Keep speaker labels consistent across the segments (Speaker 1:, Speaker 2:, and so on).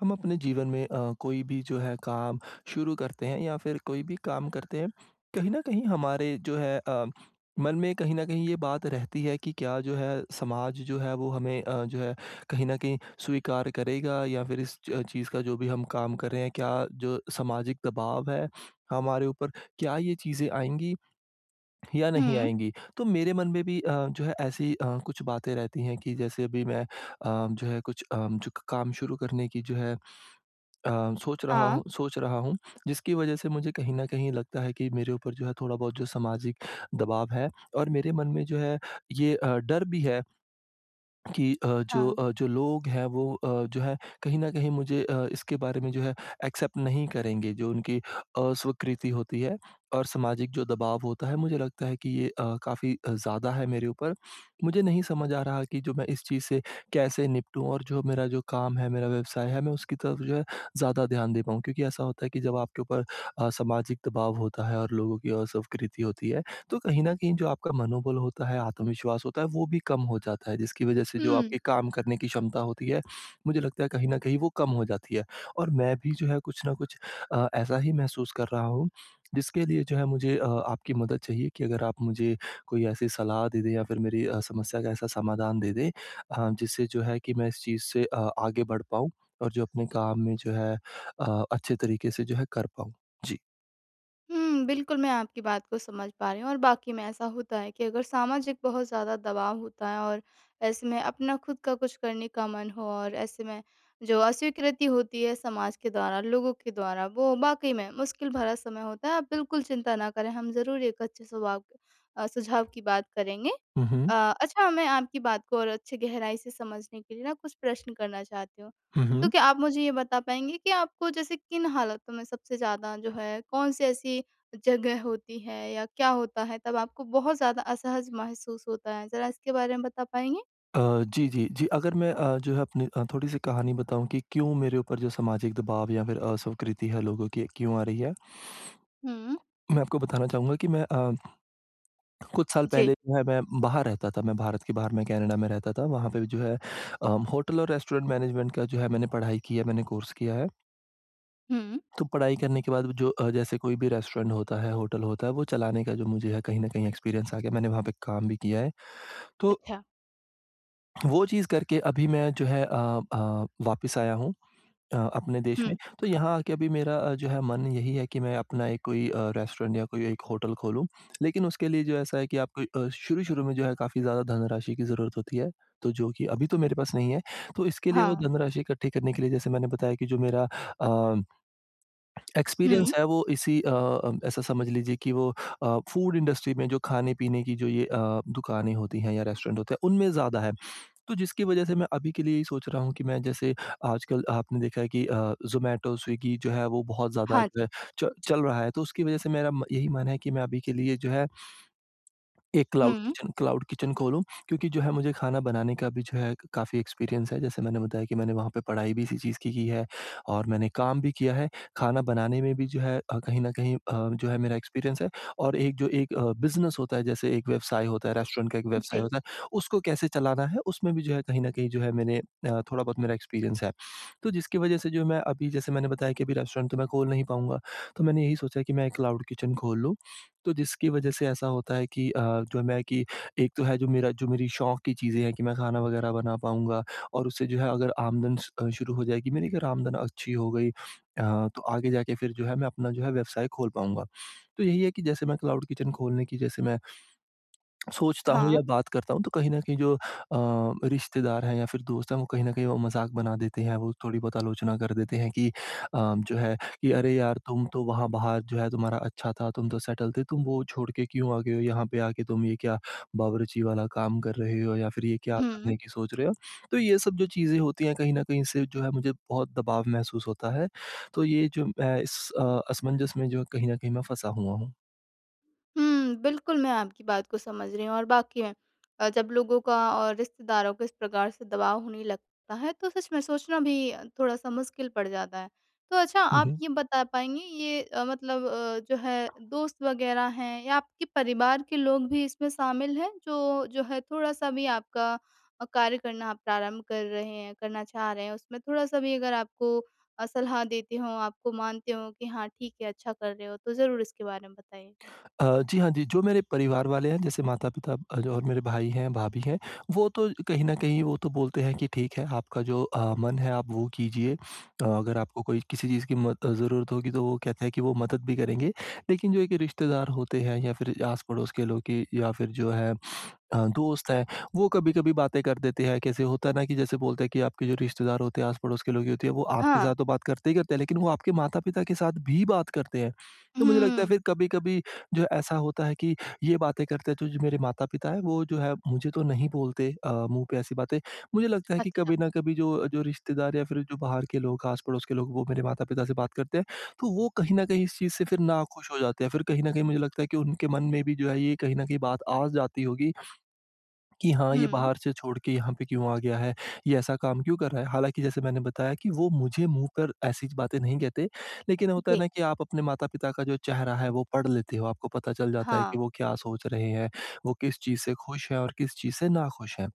Speaker 1: हम अपने जीवन में कोई भी जो है काम शुरू करते हैं या फिर कोई भी काम करते हैं, कहीं न कहीं हमारे जो है मन में कहीं न कहीं ये बात रहती है कि क्या जो है समाज जो है वो हमें जो है कहीं न कहीं स्वीकार करेगा या फिर इस च चीज़ का जो भी हम काम कर रहे हैं, क्या जो सामाजिक दबाव है हमारे ऊपर, क्या ये चीज़ें आएँगी या नहीं
Speaker 2: हुँ।
Speaker 1: आएँगी? तो मेरे मन में भी जो है ऐसी कुछ बातें रहती हैं कि जैसे अभी मैं जो है कुछ जो काम शुरू करने की जो है अ, सोच रहा
Speaker 2: हाँ,
Speaker 1: हूँ सोच रहा हूँ, जिसकी वजह से मुझे कहीं न कहीं लगता है कि मेरे ऊपर जो है थोड़ा बहुत जो सामाजिक दबाव है और मेरे मन में जो है ये डर भी है कि जो
Speaker 2: हाँ।
Speaker 1: अ, जो लोग हैं वो जो है कहीं न कहीं मुझे इसके बारे में जो है एक्सेप्ट नहीं करेंगे, जो उनकी अस्वीकृति होती है और सामाजिक जो दबाव होता है, मुझे लगता है कि ये काफ़ी ज़्यादा है मेरे ऊपर। मुझे नहीं समझ आ रहा कि जो मैं इस चीज़ से कैसे निपटूँ और जो मेरा जो काम है, मेरा व्यवसाय है, मैं उसकी तरफ जो है ज़्यादा ध्यान दे पाऊँ। क्योंकि ऐसा होता है कि जब आपके ऊपर सामाजिक दबाव होता है और लोगों की अस्वीकृति होती है, तो कहीं न कहीं जो आपका मनोबल होता है, आत्मविश्वास होता है, वो भी कम हो जाता है, जिसकी वजह से जो
Speaker 2: हुँ,
Speaker 1: आपके काम करने की क्षमता होती है, मुझे लगता है कहीं न कहीं वो कम हो जाती है। और मैं भी जो है कुछ न कुछ ऐसा ही महसूस कर रहा हूँ, जिसके लिए जो है मुझे आपकी मदद चाहिए कि अगर आप मुझे कोई ऐसी सलाह दे दें या फिर मेरी समस्या का ऐसा समाधान दे दें जिससे जो है कि मैं इस चीज़ से आगे बढ़ पाऊँ और जो अपने काम में जो है अच्छे तरीके से जो है कर पाऊँ। जी।
Speaker 2: हुँ, बिल्कुल मैं आपकी बात को समझ पा रही हूँ और वाक़ई में ऐसा होता है कि अगर सामाजिक बहुत ज़्यादा दबाव होता है और ऐसे में अपना खुद का कुछ करने का मन हो और ऐसे में जो अस्वीकृति होती है समाज के द्वारा, लोगों के द्वारा, वो वाक़ई में मुश्किल भरा समय होता है। आप बिल्कुल चिंता ना करें, हम ज़रूर एक अच्छे सुझाव की बात करेंगे।
Speaker 1: हुँ,
Speaker 2: अ,
Speaker 1: हुँ।
Speaker 2: अच्छा, मैं आपकी बात को और अच्छे गहराई से समझने के लिए ना कुछ प्रश्न करना चाहती हूँ।
Speaker 1: हुँ,
Speaker 2: तो
Speaker 1: हुँ।
Speaker 2: क्या आप मुझे ये बता पाएँगे कि आपको जैसे किन हालातों में सबसे ज़्यादा जो है कौन-सी ऐसी जगह होती है या क्या होता है तब आपको बहुत ज़्यादा असहज महसूस होता है? ज़रा इसके बारे में बता पाएँगे?
Speaker 1: जी, जी, जी। अगर मैं जो है अपनी थोड़ी-सी कहानी बताऊँ कि क्यों मेरे ऊपर जो सामाजिक दबाव या फिर अस्वीकृति है लोगों की क्यों आ रही है?
Speaker 2: हुँ।
Speaker 1: मैं आपको बताना चाहूँगा कि मैं कुछ साल
Speaker 2: जी।
Speaker 1: पहले जो है मैं बाहर रहता था, मैं भारत के बाहर मैं कनाडा में रहता था। वहाँ पे जो है होटल और रेस्टोरेंट मैनेजमेंट का जो है मैंने पढ़ाई की है, मैंने कोर्स किया है।
Speaker 2: हुँ।
Speaker 1: तो पढ़ाई करने के बाद जो जैसे कोई भी रेस्टोरेंट होता है, होटल होता है, वो चलाने का जो मुझे है कहीं न कहीं एक्सपीरियंस आ गया। मैंने वहाँ पे काम भी किया है। तो
Speaker 2: अच्छा।
Speaker 1: वो चीज़ करके अभी मैं जो है वापस आया हूँ। अपने देश में,
Speaker 2: हुँ।
Speaker 1: तो यहाँ आके अभी मेरा जो है मन यही है कि मैं अपना एक कोई रेस्टोरेंट या कोई एक होटल खोलूँ। लेकिन उसके लिए जो ऐसा है कि आपको शुरू-शुरू में जो है काफ़ी ज़्यादा धनराशि की ज़रूरत होती है, तो जो कि अभी तो मेरे पास नहीं है। तो इसके लिए वो
Speaker 2: हाँ।
Speaker 1: धनराशि इकट्ठी करने के लिए जैसे मैंने बताया कि जो मेरा अ, एक्सपीरियंस
Speaker 2: हुँ।
Speaker 1: है वो ऐसा समझ लीजिए कि वो फूड इंडस्ट्री में जो खाने-पीने की जो ये दुकानें होती हैं या रेस्टोरेंट होते हैं, उनमें ज़्यादा है। तो जिसकी वजह से मैं अभी के लिए यही सोच रहा हूँ कि मैं जैसे आजकल आपने देखा है कि ज़ोमैटो, स्विगी जो है वो बहुत ज़्यादा
Speaker 2: हाँ
Speaker 1: जो
Speaker 2: जी।
Speaker 1: है च चल रहा है, तो उसकी वजह से मेरा म यही मन है कि मैं अभी के लिए जो है एक क्लाउड
Speaker 2: हुँ।
Speaker 1: किचन क्लाउड किचन खोलूँ क्योंकि जो है मुझे खाना बनाने का भी जो है काफ़ी एक्सपीरियंस है। जैसे मैंने बताया कि मैंने वहाँ पे पढ़ाई भी इसी चीज़ की है और मैंने काम भी किया है। खाना बनाने में भी जो है कहीं न कहीं जो है मेरा एक्सपीरियंस है और एक बिज़नेस होता है जैसे एक व्यवसाय होता है, रेस्टोरेंट का एक व्यवसाय
Speaker 2: जी।
Speaker 1: होता है, उसको कैसे चलाना है उसमें भी जो है कहीं न कहीं जो है मैंने थोड़ा बहुत मेरा एक्सपीरियंस है। तो जिसकी वज़ह से जो मैं अभी जैसे मैंने बताया कि अभी रेस्टोरेंट तो मैं खोल नहीं पाऊँगा। तो मैंने यही सोचा कि मैं एक क्लाउड किचन खोल लूँ तो जिसकी वजह से ऐसा होता है कि जो मैं कि एक तो है जो मेरी शौक की चीज़ें हैं कि मैं खाना वगैरह बना पाऊँगा और उससे जो है अगर आमदन शुरू हो जाएगी मेरी अगर आमदन अच्छी हो गई तो आगे जाके फिर जो है मैं अपना जो है व्यवसाय खोल पाऊँगा। तो यही है कि जैसे मैं क्लाउड किचन खोलने की जैसे मैं सोचता हूँ
Speaker 2: हाँ।
Speaker 1: या बात करता हूँ तो कहीं न कहीं जो रिश्तेदार हैं या फिर दोस्त हैं वो कहीं न कहीं वो मज़ाक बना देते हैं, वो थोड़ी बहुत आलोचना कर देते हैं कि जो है कि अरे यार तुम तो वहाँ बाहर जो है तुम्हारा अच्छा था, तुम तो सेटल थे, तुम वो छोड़ के क्यों आ गए हो? यहाँ पे आके तुम ये क्या बावर्ची वाला काम कर रहे हो या फिर ये क्या
Speaker 2: हुँ।
Speaker 1: करने की सोच रहे हो? तो ये सब जो चीज़ें होती हैं कहीं न कहीं इससे जो है मुझे बहुत दबाव महसूस होता है। तो ये जो मैं इस असमंजस में जो कहीं न कहीं मैं फँसा हुआ हूँ।
Speaker 2: बिल्कुल, मैं आपकी बात को समझ रही हूँ और वाक़ई में जब लोगों का और रिश्तेदारों को इस प्रकार से दबाव होने लगता है, तो सच में सोचना भी थोड़ा-सा मुश्किल पड़ जाता है। तो अच्छा, आप ये बता पाएँगे, ये मतलब जो है दोस्त वग़ैरह हैं या आपके परिवार के लोग भी इसमें शामिल हैं, जो जो है थोड़ा-सा भी आपका कार्य करना आप प्रारंभ कर रहे हैं, करना चाह रहे हैं, उसमें थोड़ा-सा भी अगर आपको सलाह देते हों, आपको मानते हों कि हाँ, ठीक है, अच्छा कर रहे हो, तो ज़रूर इसके बारे में बताइए?
Speaker 1: जी हाँ, जी। जो मेरे परिवार वाले हैं जैसे माता-पिता जो और मेरे भाई हैं, भाभी हैं, वो तो कहीं न कहीं वो तो बोलते हैं कि ठीक है आपका जो मन है आप वो कीजिए। अगर आपको कोई किसी चीज़ की मद ज़रूरत होगी तो वो कहते हैं कि वो मदद भी करेंगे। लेकिन जो एक रिश्तेदार होते हैं या फिर आस-पड़ोस के लोग कि या फिर जो है दोस्त हैं, वो कभी-कभी बातें कर देते हैं। कैसे होता है ना कि जैसे बोलते हैं कि आपके जो रिश्तेदार होते हैं, आस-पड़ोस के लोग ही होते हैं, वो आपके
Speaker 2: हाँ।
Speaker 1: साथ तो बात करते ही करते हैं, लेकिन वो आपके माता-पिता के साथ भी बात करते हैं। तो मुझे लगता है
Speaker 2: हुँ,
Speaker 1: फिर कभी-कभी जो है ऐसा होता है कि ये बातें करते हैं, तो जो मेरे माता-पिता हैं, वो जो है मुझे तो नहीं बोलते मुँह पे ऐसी बातें। मुझे लगता है कि
Speaker 2: अच्छा।
Speaker 1: कभी ना कभी जो जो रिश्तेदार या फिर जो बाहर के लोग, आस-पड़ोस के लोग, वो मेरे माता-पिता से बात करते हैं, तो वो कहीं न कहीं इस चीज़ से फिर नाखुश हो जाते हैं। फिर कहीं न कहीं मुझे लगता है कि उनके मन में भी जो है ये कहीं न कहीं बात आ जाती होगी कि हाँ, ये
Speaker 2: हुँ।
Speaker 1: बाहर से छोड़ के यहाँ पे क्यों आ गया है? ये ऐसा काम क्यों कर रहा है? हालाँकि जैसे मैंने बताया कि वो मुझे मुँह पर ऐसी बातें नहीं कहते, लेकिन होता है
Speaker 2: जी।
Speaker 1: ना कि आप अपने माता-पिता का जो चेहरा है वो पढ़ लेते हो, आपको पता चल जाता है
Speaker 2: हाँ,
Speaker 1: कि वो क्या सोच रहे हैं, वो किस चीज़ से खुश हैं और किस चीज़ से नाखुश हैं।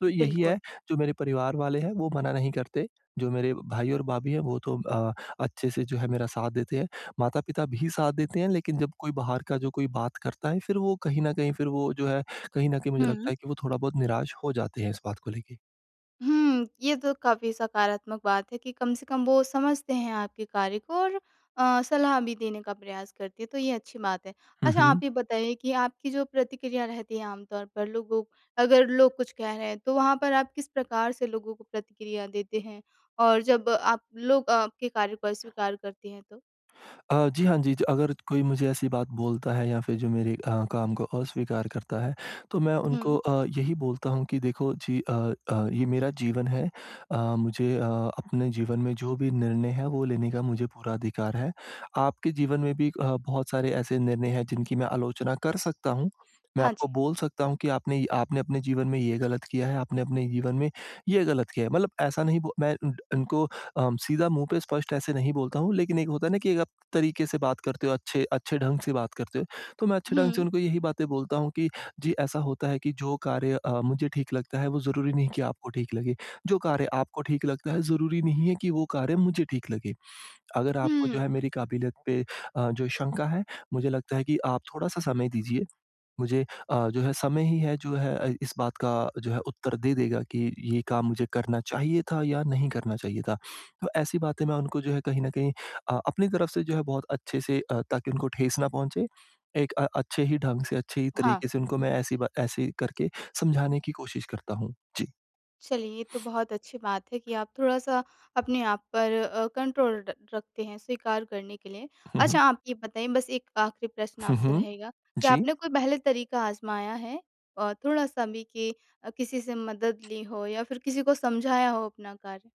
Speaker 1: तो यही
Speaker 2: बिल्कुल।
Speaker 1: है, जो मेरे परिवार वाले हैं वो मना नहीं करते, जो मेरे भाई और भाभी हैं वो तो अच्छे से जो है मेरा साथ देते हैं। माता-पिता भी साथ देते हैं लेकिन जब कोई बाहर का जो कोई बात करता है फिर वो कहीं न कहीं फिर वो जो है कहीं न कहीं मुझे
Speaker 2: हुँ।
Speaker 1: लगता है कि वो थोड़ा बहुत निराश हो जाते हैं इस बात को लेके।
Speaker 2: ये तो काफ़ी सकारात्मक बात है कि कम से कम वो समझते हैं आपके कार्य को और सलाह भी देने का प्रयास करती है, तो ये अच्छी बात है।
Speaker 1: हुँ,
Speaker 2: अच्छा,
Speaker 1: हुँ।
Speaker 2: आप ये बताइए कि आपकी जो प्रतिक्रिया रहती है आम तौर पर लोगों, अगर लोग कुछ कह रहे हैं, तो वहाँ पर आप किस प्रकार से लोगों को प्रतिक्रिया देते हैं? और जब आप लोग आपके कार्य को अस्वीकार करते हैं तो?
Speaker 1: जी, हाँ जी, ज अगर कोई मुझे ऐसी बात बोलता है या फिर जो मेरे काम को अस्वीकार करता है, तो मैं उनको
Speaker 2: हुँ।
Speaker 1: यही बोलता हूँ कि देखो जी ये मेरा जीवन है। मुझे अपने जीवन में जो भी निर्णय है वो लेने का मुझे पूरा अधिकार है। आपके जीवन में भी बहुत सारे ऐसे निर्णय हैं जिनकी मैं आलोचना कर सकता हूँ। मैं
Speaker 2: हाँ
Speaker 1: आपको
Speaker 2: जी।
Speaker 1: बोल सकता हूँ कि आपने आपने अपने जीवन में ये गलत किया है, आपने अपने जीवन में ये गलत किया है। मतलब ऐसा नहीं बो मैं उन उनको सीधा मुँह पे स्पष्ट ऐसे नहीं बोलता हूँ, लेकिन एक होता है ना कि एक तरीके से बात करते हो, अच्छे अच्छे ढंग से बात करते हो। तो मैं अच्छे ढंग से
Speaker 2: हुँ।
Speaker 1: उनको यही बातें बोलता हूँ कि जी, ऐसा होता है कि जो कार्य मुझे ठीक लगता है, वो ज़रूरी नहीं कि आपको ठीक लगे। जो कार्य आपको ठीक लगता है, ज़रूरी नहीं है कि वो कार्य मुझे ठीक लगे। अगर आपको
Speaker 2: हुँ।
Speaker 1: जो है मेरी काबिलियत पे जो शंका है, मुझे लगता है कि आप थोड़ा-सा समय दीजिए। मुझे जो है समय ही है जो है इस बात का जो है उत्तर दे देगा कि ये काम मुझे करना चाहिए था या नहीं करना चाहिए था। तो ऐसी बातें मैं उनको जो है कहीं न कहीं अपनी तरफ से जो है बहुत अच्छे से ताकि उनको ठेस ना पहुँचे, एक अच्छे ही ढंग से, अच्छे ही
Speaker 2: हाँ।
Speaker 1: तरीके से उनको मैं ऐसी बा ऐसे करके समझाने की कोशिश करता हूँ। जी।
Speaker 2: चलिए, ये तो बहुत अच्छी बात है कि आप थोड़ा-सा अपने आप पर कंट्रोल र रखते हैं स्वीकार करने के लिए।
Speaker 1: हुँ, हुँ।
Speaker 2: अच्छा, आप ये बताइए बस एक आखिरी प्रश्न
Speaker 1: हुँ,
Speaker 2: आपसे
Speaker 1: हुँ।
Speaker 2: रहेगा कि
Speaker 1: जी।
Speaker 2: आपने कोई पहले तरीका आज़माया है और थोड़ा-सा भी कि किसी से मदद ली हो या फिर किसी को समझाया हो अपना कार्य?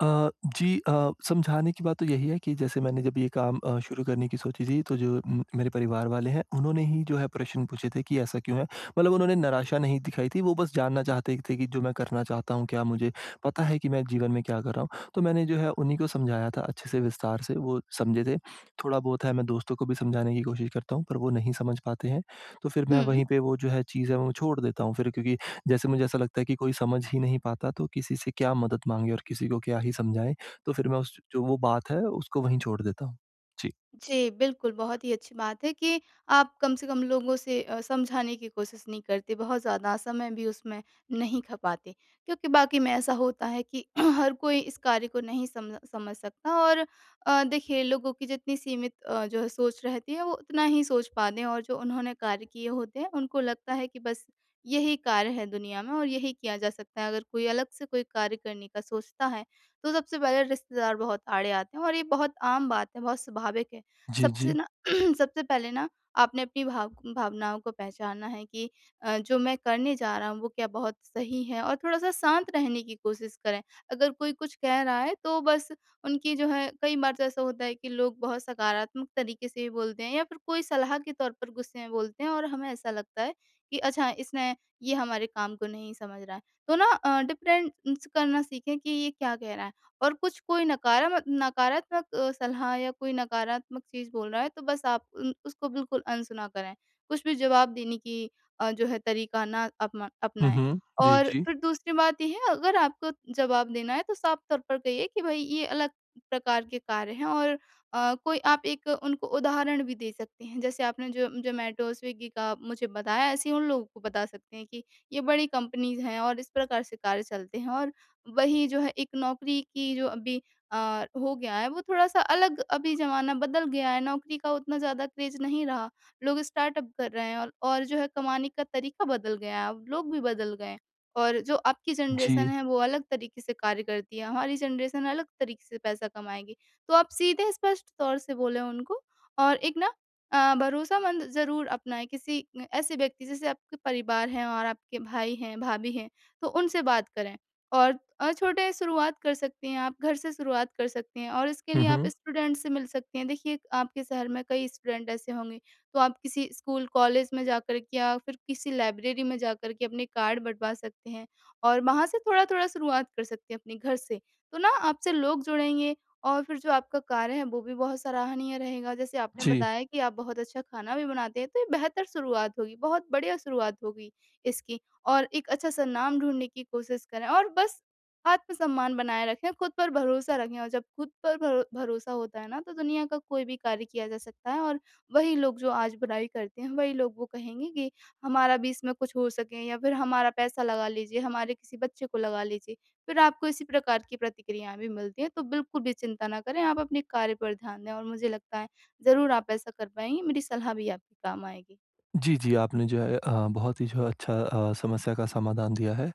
Speaker 1: अ, जी समझाने की बात तो यही है कि जैसे मैंने जब ये काम शुरू करने की सोची थी तो जो मेरे परिवार वाले हैं उन्होंने ही जो है प्रश्न पूछे थे कि ऐसा क्यों है? मतलब उन्होंने निराशा नहीं दिखाई थी, वो बस जानना चाहते थे कि जो मैं करना चाहता हूँ, क्या मुझे पता है कि मैं जीवन में क्या कर रहा हूँ? तो मैंने जो है उन्हीं को समझाया था अच्छे से विस्तार से, वो समझे थे। थोड़ा बहुत है मैं दोस्तों को भी समझाने की कोशिश करता हूँ पर वो नहीं समझ पाते हैं, तो फिर मैं
Speaker 2: हुँ।
Speaker 1: वहीं पे वो जो है चीज़ है वो छोड़ देता हूँ फिर क्योंकि जैसे मुझे ऐसा लगता है कि कोई समझ ही नहीं पाता तो किसी से क्या मदद माँगे और किसी को क्या ही समझाएँ, तो फिर मैं उस जो वो बात है उसको वहीं छोड़ देता हूँ। जी।
Speaker 2: जी, बिल्कुल, बहुत ही अच्छी बात है कि आप कम से कम लोगों से समझाने की कोशिश नहीं करते, बहुत ज़्यादा समय भी उसमें नहीं खपाते। क्योंकि वाक़ई में ऐसा होता है कि हर कोई इस कार्य को नहीं समझ समझ सकता और देखिए, लोगों की जितनी सीमित जो है सोच रहती है, वो उतना ही सोच पाते हैं और जो उन्होंने कार्य किए होते हैं, उनको लगता है कि बस यही कार्य है दुनिया में और यही किया जा सकता है। अगर कोई अलग से कोई कार्य करने का सोचता है, तो सबसे पहले रिश्तेदार बहुत आड़े आते हैं और ये बहुत आम बात है, बहुत स्वाभाविक है।
Speaker 1: जी,
Speaker 2: सबसे
Speaker 1: जी।
Speaker 2: ना सबसे पहले ना आपने अपनी भावनाओं को पहचानना है कि जो मैं करने जा रहा हूँ वो क्या बहुत सही है, और थोड़ा-सा शांत रहने की कोशिश करें। अगर कोई कुछ कह रहा है तो बस उनकी जो है, कई बार तो ऐसा होता है कि लोग बहुत सकारात्मक तरीके से भी बोलते हैं या फिर कोई सलाह के तौर पर गुस्से में बोलते हैं और हमें ऐसा लगता है कि अच्छा, इसने ये हमारे काम को नहीं समझ रहा है। तो ना डिफरेंस करना सीखें कि ये क्या कह रहा है। और कुछ कोई नकारामत नकारात्मक सलाह या कोई नकारात्मक चीज़ बोल रहा है तो बस आप उन उसको बिल्कुल अनसुना करें। कुछ भी जवाब देने की जो है तरीका ना
Speaker 1: हुँ,
Speaker 2: अपनाएँ।
Speaker 1: हुँ। जी,
Speaker 2: और
Speaker 1: जी।
Speaker 2: फिर दूसरी बात ये है, अगर आपको जवाब देना है तो साफ तौर पर कहिए कि भई ये अलग प्रकार के कार्य हैं, और कोई आप एक उनको उदाहरण भी दे सकते हैं। जैसे आपने जो ज़ोमैटो, स्विग्गी का मुझे बताया, ऐसे ही उन लोगों को बता सकते हैं कि ये बड़ी कंपनीज़ हैं और इस प्रकार से कार्य चलते हैं, और वही जो है एक नौकरी की जो अभी हो गया है वो थोड़ा-सा अलग, अभी ज़माना बदल गया है, नौकरी का उतना ज़्यादा क्रेज़ नहीं रहा। लोग स्टार्टअप कर रहे हैं और जो है कमाने का तरीका बदल गया है, अब लोग भी बदल गए हैं। और जो आपकी जनरेशन
Speaker 1: जी।
Speaker 2: है वो अलग तरीके से कार्य करती है, हमारी जनरेशन अलग तरीके से पैसा कमाएगी। तो आप सीधे स्पष्ट तौर से बोलें उनको, और एक ना भरोसामंद ज़रूर अपनाएँ किसी ऐसे व्यक्ति, जैसे आपके परिवार हैं और आपके भाई हैं, भाभी हैं, तो उनसे बात करें। और छोटे शुरुआत कर सकती हैं आप, घर से शुरुआत कर सकती हैं और इसके
Speaker 1: हुँ,
Speaker 2: लिए आप
Speaker 1: हुँ।
Speaker 2: स्टूडेंट से मिल सकती हैं। देखिए, आपके शहर में कई स्टूडेंट ऐसे होंगे, तो आप किसी स्कूल, कॉलेज में जाकर के या फिर किसी लाइब्रेरी में जाकर के अपने कार्ड बँटवा सकते हैं और वहाँ से थोड़ा-थोड़ा शुरुआत कर सकते हैं अपने घर से। तो ना आपसे लोग जुड़ेंगे और फिर जो आपका कार्य है, वो भी बहुत सराहनीय रहेगा। जैसे आपने
Speaker 1: जी।
Speaker 2: बताया कि आप बहुत अच्छा खाना भी बनाते हैं, तो ये बेहतर शुरुआत होगी, बहुत बढ़िया शुरुआत होगी इसकी। और एक अच्छा-सा नाम ढूँढने की कोशिश करें, और बस आत्मसम्मान बनाए रखें, खुद पर भरोसा रखें, और जब खुद पर भरोसा होता है ना, तो दुनिया का कोई भी कार्य किया जा सकता है, और वही लोग जो आज बुराई करते हैं, वही लोग वो कहेंगे कि हमारा भी इसमें कुछ हो सके या फिर हमारा पैसा लगा लीजिए, हमारे किसी बच्चे को लगा लीजिए। फिर आपको इसी प्रकार की प्रतिक्रियाएँ भी मिलती हैं, तो बिल्कुल भी चिंता ना करें, आप अपने कार्य पर ध्यान दें और मुझे लगता है ज़रूर आप ऐसा कर पाएँगी, मेरी सलाह भी आपके काम आएगी।
Speaker 1: जी, जी, आपने जो है बहुत ही जो है अच्छा समस्या का समाधान दिया है।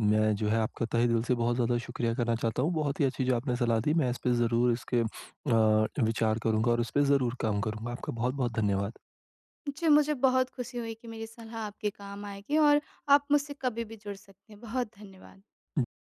Speaker 1: मैं जो है आपका तहे दिल से बहुत ज़्यादा शुक्रिया करना चाहता हूँ। बहुत ही अच्छी जो आपने सलाह दी मैं इस पे ज़रूर इसके विचार करूँगा और इस पे ज़रूर काम करूँगा। आपका बहुत-बहुत धन्यवाद।
Speaker 2: जी, मुझे बहुत खुशी हुई कि मेरी सलाह आपके काम आएगी और आप मुझसे कभी भी जुड़ सकते हैं। बहुत धन्यवाद।